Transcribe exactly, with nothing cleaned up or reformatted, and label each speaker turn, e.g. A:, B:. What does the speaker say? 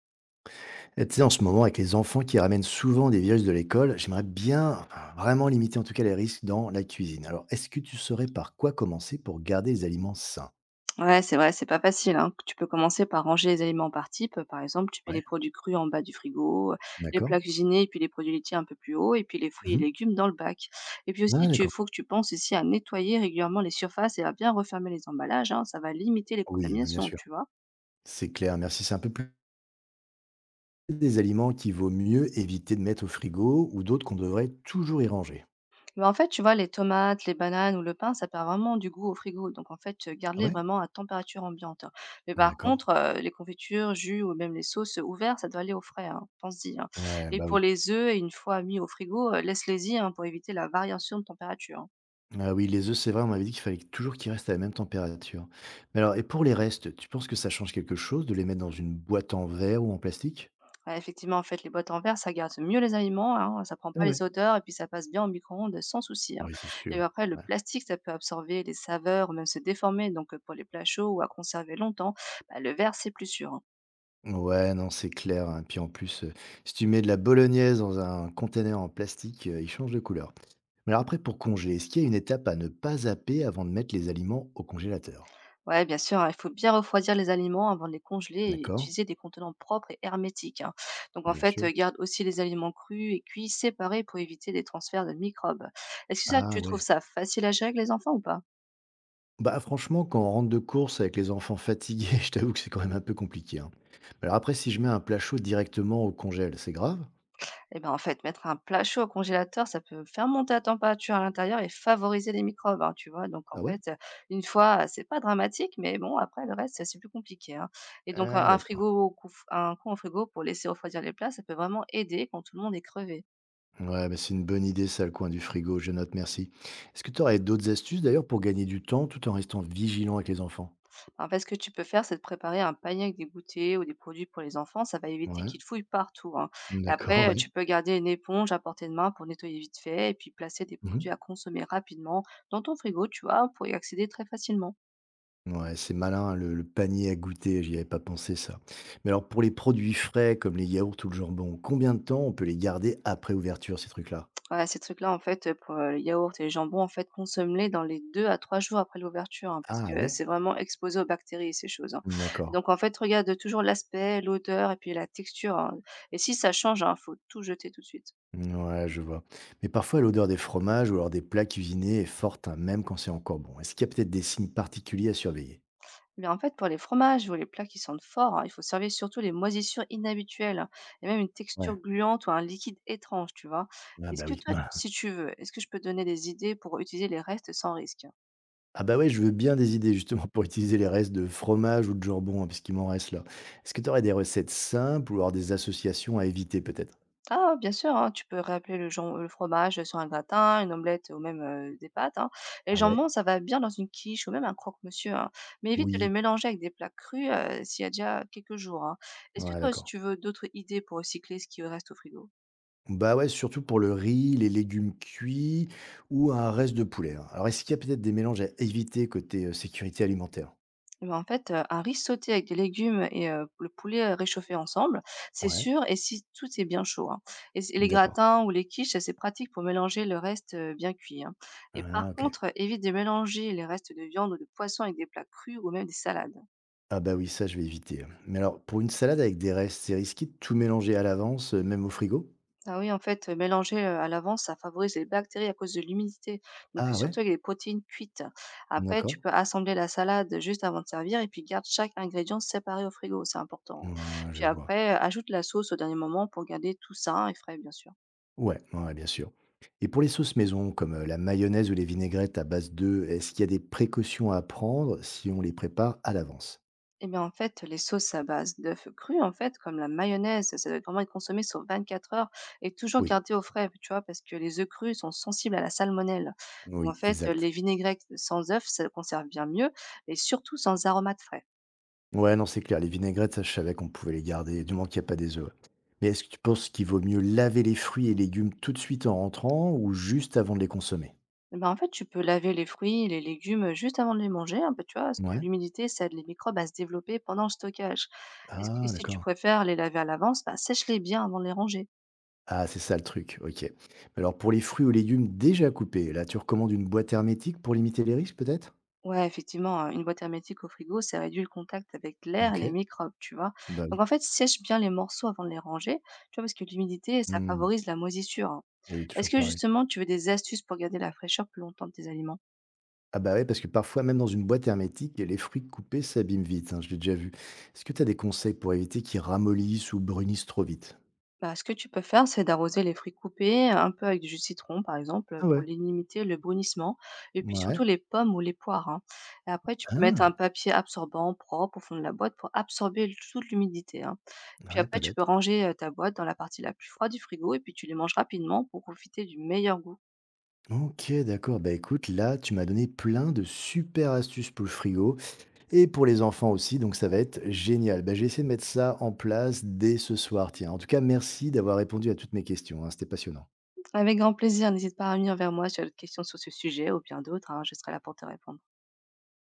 A: Et tu sais, en ce moment, avec les enfants qui ramènent souvent des vieilles de l'école, j'aimerais bien enfin, vraiment limiter en tout cas les risques dans la cuisine. Alors, est-ce que tu saurais par quoi commencer pour garder les aliments sains?
B: Ouais, c'est vrai, c'est pas facile, hein. Tu peux commencer par ranger les aliments par type. Par exemple, tu mets
A: Ouais.
B: les produits crus en bas du frigo, euh, les plats
A: D'accord?
B: cuisinés et puis les produits laitiers un peu plus haut, et puis les fruits et
A: Mmh.
B: légumes dans le bac. Et puis
A: Ah
B: aussi, il
A: d'accord.
B: faut que tu penses ici à nettoyer régulièrement les surfaces et à bien refermer les emballages, hein. Ça va limiter les
A: Oui, bah, bien
B: contaminations,
A: sûr.
B: tu vois.
A: C'est clair, merci. C'est un peu plus des aliments qu'il vaut mieux éviter de mettre au frigo ou d'autres qu'on devrait toujours y ranger.
B: Mais en fait, tu vois, les tomates, les bananes ou le pain, ça perd vraiment du goût au frigo. Donc, en fait, euh,
A: Ah
B: garde-les
A: ouais?
B: vraiment à température ambiante, hein. Mais par
A: D'accord.
B: contre, euh, les confitures, jus ou même les sauces ouvertes, ça doit aller au frais, hein. Pense-y, hein.
A: Ouais,
B: Et
A: bah
B: pour
A: oui.
B: les œufs, une fois mis au frigo, euh, laisse-les-y, hein, pour éviter la variation de température, hein.
A: Ah oui, les œufs, c'est vrai, on m'avait dit qu'il fallait toujours qu'ils restent à la même température. Mais alors, et pour les restes, tu penses que ça change quelque chose de les mettre dans une boîte en verre ou en plastique?
B: Ouais, effectivement, en fait, les boîtes en verre, ça garde mieux les aliments, hein, ça prend pas
A: Ouais.
B: les odeurs et puis ça passe bien au micro-ondes sans souci, hein.
A: Oui, c'est sûr.
B: Et après, le
A: Ouais.
B: plastique, ça peut absorber les saveurs ou même se déformer. Donc, euh, pour les plats chauds ou à conserver longtemps, bah, le verre, c'est plus sûr, hein.
A: Ouais, non, c'est clair, hein. Puis en plus, heu, si tu mets de la bolognaise dans un container en plastique, heu, il change de couleur. Mais alors après pour congeler, est-ce qu'il y a une étape à ne pas zapper avant de mettre les aliments au congélateur?
B: Ouais, bien sûr, hein, il faut bien refroidir les aliments avant de les congeler et
A: D'accord,
B: utiliser des contenants propres et hermétiques, hein. Donc en
A: bien
B: fait,
A: sûr.
B: euh, garde aussi les aliments crus et cuits séparés pour éviter des transferts de microbes. Est-ce que ça,
A: Ah
B: tu trouves
A: ouais.
B: ça facile à gérer avec les enfants ou pas?
A: Bah, franchement, quand on rentre de course avec les enfants fatigués, je t'avoue que c'est quand même un peu compliqué, hein. Mais alors après si je mets un plat chaud directement au congèle, c'est grave?
B: Eh bien en fait, mettre un plat chaud au congélateur, ça peut faire monter la température à l'intérieur et favoriser les microbes, hein, tu vois. Donc en
A: Ah ouais?
B: fait, euh, une fois, euh, c'est pas dramatique, mais bon, après le reste, c'est plus compliqué, hein. Et donc un
A: Ah
B: un
A: d'accord.
B: frigo, au cou- un coin au frigo pour laisser refroidir les plats, ça peut vraiment aider quand tout le monde est crevé.
A: Ouais, mais c'est une bonne idée, ça, le coin du frigo. Je note, merci. Est-ce que tu aurais d'autres astuces d'ailleurs pour gagner du temps tout en restant vigilant avec les enfants?
B: En fait, ce que tu peux faire, c'est de préparer un panier avec des goûters ou des produits pour les enfants. Ça va éviter
A: Ouais,
B: qu'ils fouillent partout, hein.
A: mmh,
B: Et
A: d'accord,
B: après, heu,
A: ouais.
B: tu peux garder une éponge à portée de main pour nettoyer vite fait et puis placer des produits
A: Mhm.
B: à consommer rapidement dans ton frigo, tu vois, pour y accéder très facilement.
A: Ouais, c'est malin, hein, le, le panier à goûter, j'y avais pas pensé ça. Mais alors pour les produits frais comme les yaourts ou le jambon, combien de temps on peut les garder après ouverture, ces trucs-là?
B: Voilà, ces trucs-là, en fait, heu, pour, heu, les yaourts et les jambons, en fait, consomme-les dans les deux à trois jours après l'ouverture, hein, parce
A: Ah
B: que
A: ouais,
B: c'est vraiment exposé aux bactéries, ces choses, hein.
A: mmh, d'accord.
B: Donc en fait, regarde toujours l'aspect, l'odeur et puis la texture, hein. Et si ça change, hein, faut tout jeter tout de suite.
A: Ouais, je vois. Mais parfois l'odeur des fromages ou alors des plats cuisinés est forte, hein, même quand c'est encore bon. Est-ce qu'il y a peut-être des signes particuliers à surveiller?
B: Mais en fait, pour les fromages ou les plats qui sentent fort, hein, il faut servir surtout les moisissures inhabituelles, hein, et même une texture
A: Ouais.
B: gluante ou un liquide étrange, tu vois.
A: Ah
B: Est-ce
A: bah
B: que
A: oui.
B: toi, si tu veux, est-ce que je peux te donner des idées pour utiliser les restes sans risque?
A: Ah bah, ouais, je veux bien des idées justement pour utiliser les restes de fromage ou de jambon, hein, puisqu'il m'en reste là. Est-ce que tu aurais des recettes simples ou alors des associations à éviter peut-être?
B: Ah, bien sûr, hein, tu peux rappeler le, jam- le fromage sur un gratin, une omelette ou même euh, des pâtes, hein. Les
A: Ah ouais?
B: jambons, ça va bien dans une quiche ou même un croque-monsieur, hein. Mais évite de les
A: Oui.
B: mélanger avec des plats crus, euh, s'il y a déjà quelques jours, hein. Est-ce que
A: Ouais,
B: toi, si
A: d'accord.
B: tu veux d'autres idées pour recycler ce qui reste au frigo?
A: Bah, ouais, surtout pour le riz, les légumes cuits ou un reste de poulet, hein. Alors est-ce qu'il y a peut-être des mélanges à éviter côté, heu, sécurité alimentaire?
B: Eh ben, en fait, heu, un riz sauté avec des légumes et heu, le poulet, heu, réchauffé ensemble, c'est
A: Ouais,
B: sûr et si tout est bien chaud, hein, et c les
A: d'accord.
B: gratins ou les quiches, c'est pratique pour mélanger le reste, heu, bien cuit, hein, et
A: Ah
B: par
A: OK.
B: contre, euh, évite de mélanger les restes de viande ou de poisson avec des plats crus ou même des salades.
A: Ah bah, oui, ça je vais éviter, hein. Mais alors pour une salade avec des restes, c'est risqué de tout mélanger à l'avance, heu, même au frigo?
B: Ah oui, en fait, heu, mélanger, heu, à l'avance, ça favorise les bactéries à cause de l'humidité, donc heu,
A: Ah ouais?
B: surtout avec les protéines cuites. Après, tu
A: D'accord.
B: peux assembler la salade juste avant de servir et puis garde chaque ingrédient séparé au frigo, c'est important.
A: Ouais, je
B: Puis
A: vois.
B: après, heu, ajoute la sauce au dernier moment pour garder tout sain et frais, bien sûr.
A: Ouais, ouais, ouais, bien sûr. Et pour les sauces maison, comme euh, la mayonnaise ou les vinaigrettes à base d'œufs, est-ce qu'il y a des précautions à prendre si on les prépare à l'avance?
B: Eh bien, en fait, les sauces à base d'œufs crus, en fait, comme la mayonnaise, ça doit vraiment être consommé sur vingt-quatre heures et toujours
A: Oui,
B: gardé au frais, tu vois, parce que les œufs crus sont sensibles à la salmonelle. Donc, en
A: oui,
B: fait,
A: exact.
B: les vinaigrettes sans œufs, ça conserve bien mieux et surtout sans aromates frais.
A: Ouais, non, c'est clair. Les vinaigrettes, ça, je savais qu'on pouvait les garder, du moins qu'il n'y a pas des œufs. Ouais. Mais est-ce que tu penses qu'il vaut mieux laver les fruits et légumes tout de suite en rentrant ou juste avant de les consommer?
B: Eh ben, en fait, tu peux laver les fruits, les légumes juste avant de les manger, un peu, tu vois, parce que
A: Ouais.
B: l'humidité, ça aide les microbes à se développer pendant le stockage. Et
A: Ah,
B: si tu
A: d'accord.
B: préfères les laver à l'avance, bah, sèche-les bien avant de les ranger.
A: Ah, c'est ça le truc. Ok. Mais alors, pour les fruits ou légumes déjà coupés, là, tu recommandes une boîte hermétique pour limiter les risques, peut-être?
B: Ouais, effectivement, heu, une boîte hermétique au frigo, ça réduit le contact avec l'air et
A: Ok.
B: les microbes, tu vois?
A: Bah
B: Donc
A: oui.
B: en fait, sèche bien les morceaux avant de les ranger, tu vois? Parce que l'humidité, ça
A: Mmh.
B: favorise la moisissure, hein.
A: Et oui,
B: Est-ce
A: toujours
B: que
A: pareil.
B: justement, tu veux des astuces pour garder la fraîcheur plus longtemps de tes aliments?
A: Ah bah, ouais, parce que parfois, même dans une boîte hermétique, les fruits coupés s'abîment vite, hein, je l'ai déjà vu. Est-ce que tu as des conseils pour éviter qu'ils ramollissent ou brunissent trop vite?
B: Bah, ce que tu peux faire, c'est d'arroser les fruits coupés, un peu avec du jus de citron, par exemple,
A: Ah
B: pour
A: ouais?
B: limiter le brunissement, et puis
A: Ouais.
B: surtout les pommes ou les poires, hein. Et après, tu peux mettre
A: Ah!
B: un papier absorbant propre au fond de la boîte pour absorber l- toute l'humidité, hein. Et puis
A: Ouais, pas
B: après, tu
A: bête.
B: peux ranger euh, ta boîte dans la partie la plus froide du frigo, et puis tu les manges rapidement pour profiter du meilleur goût.
A: OK, d'accord. Bah, écoute, là, tu m'as donné plein de super astuces pour le frigo et pour les enfants aussi, donc ça va être génial. Bah, je vais de mettre ça en place dès ce soir, tiens. En tout cas, merci d'avoir répondu à toutes mes questions, hein, c'était passionnant.
B: Avec grand plaisir, n'hésite pas à venir vers moi si tu as d'autres questions sur ce sujet ou bien d'autres, hein, je serai là pour te répondre.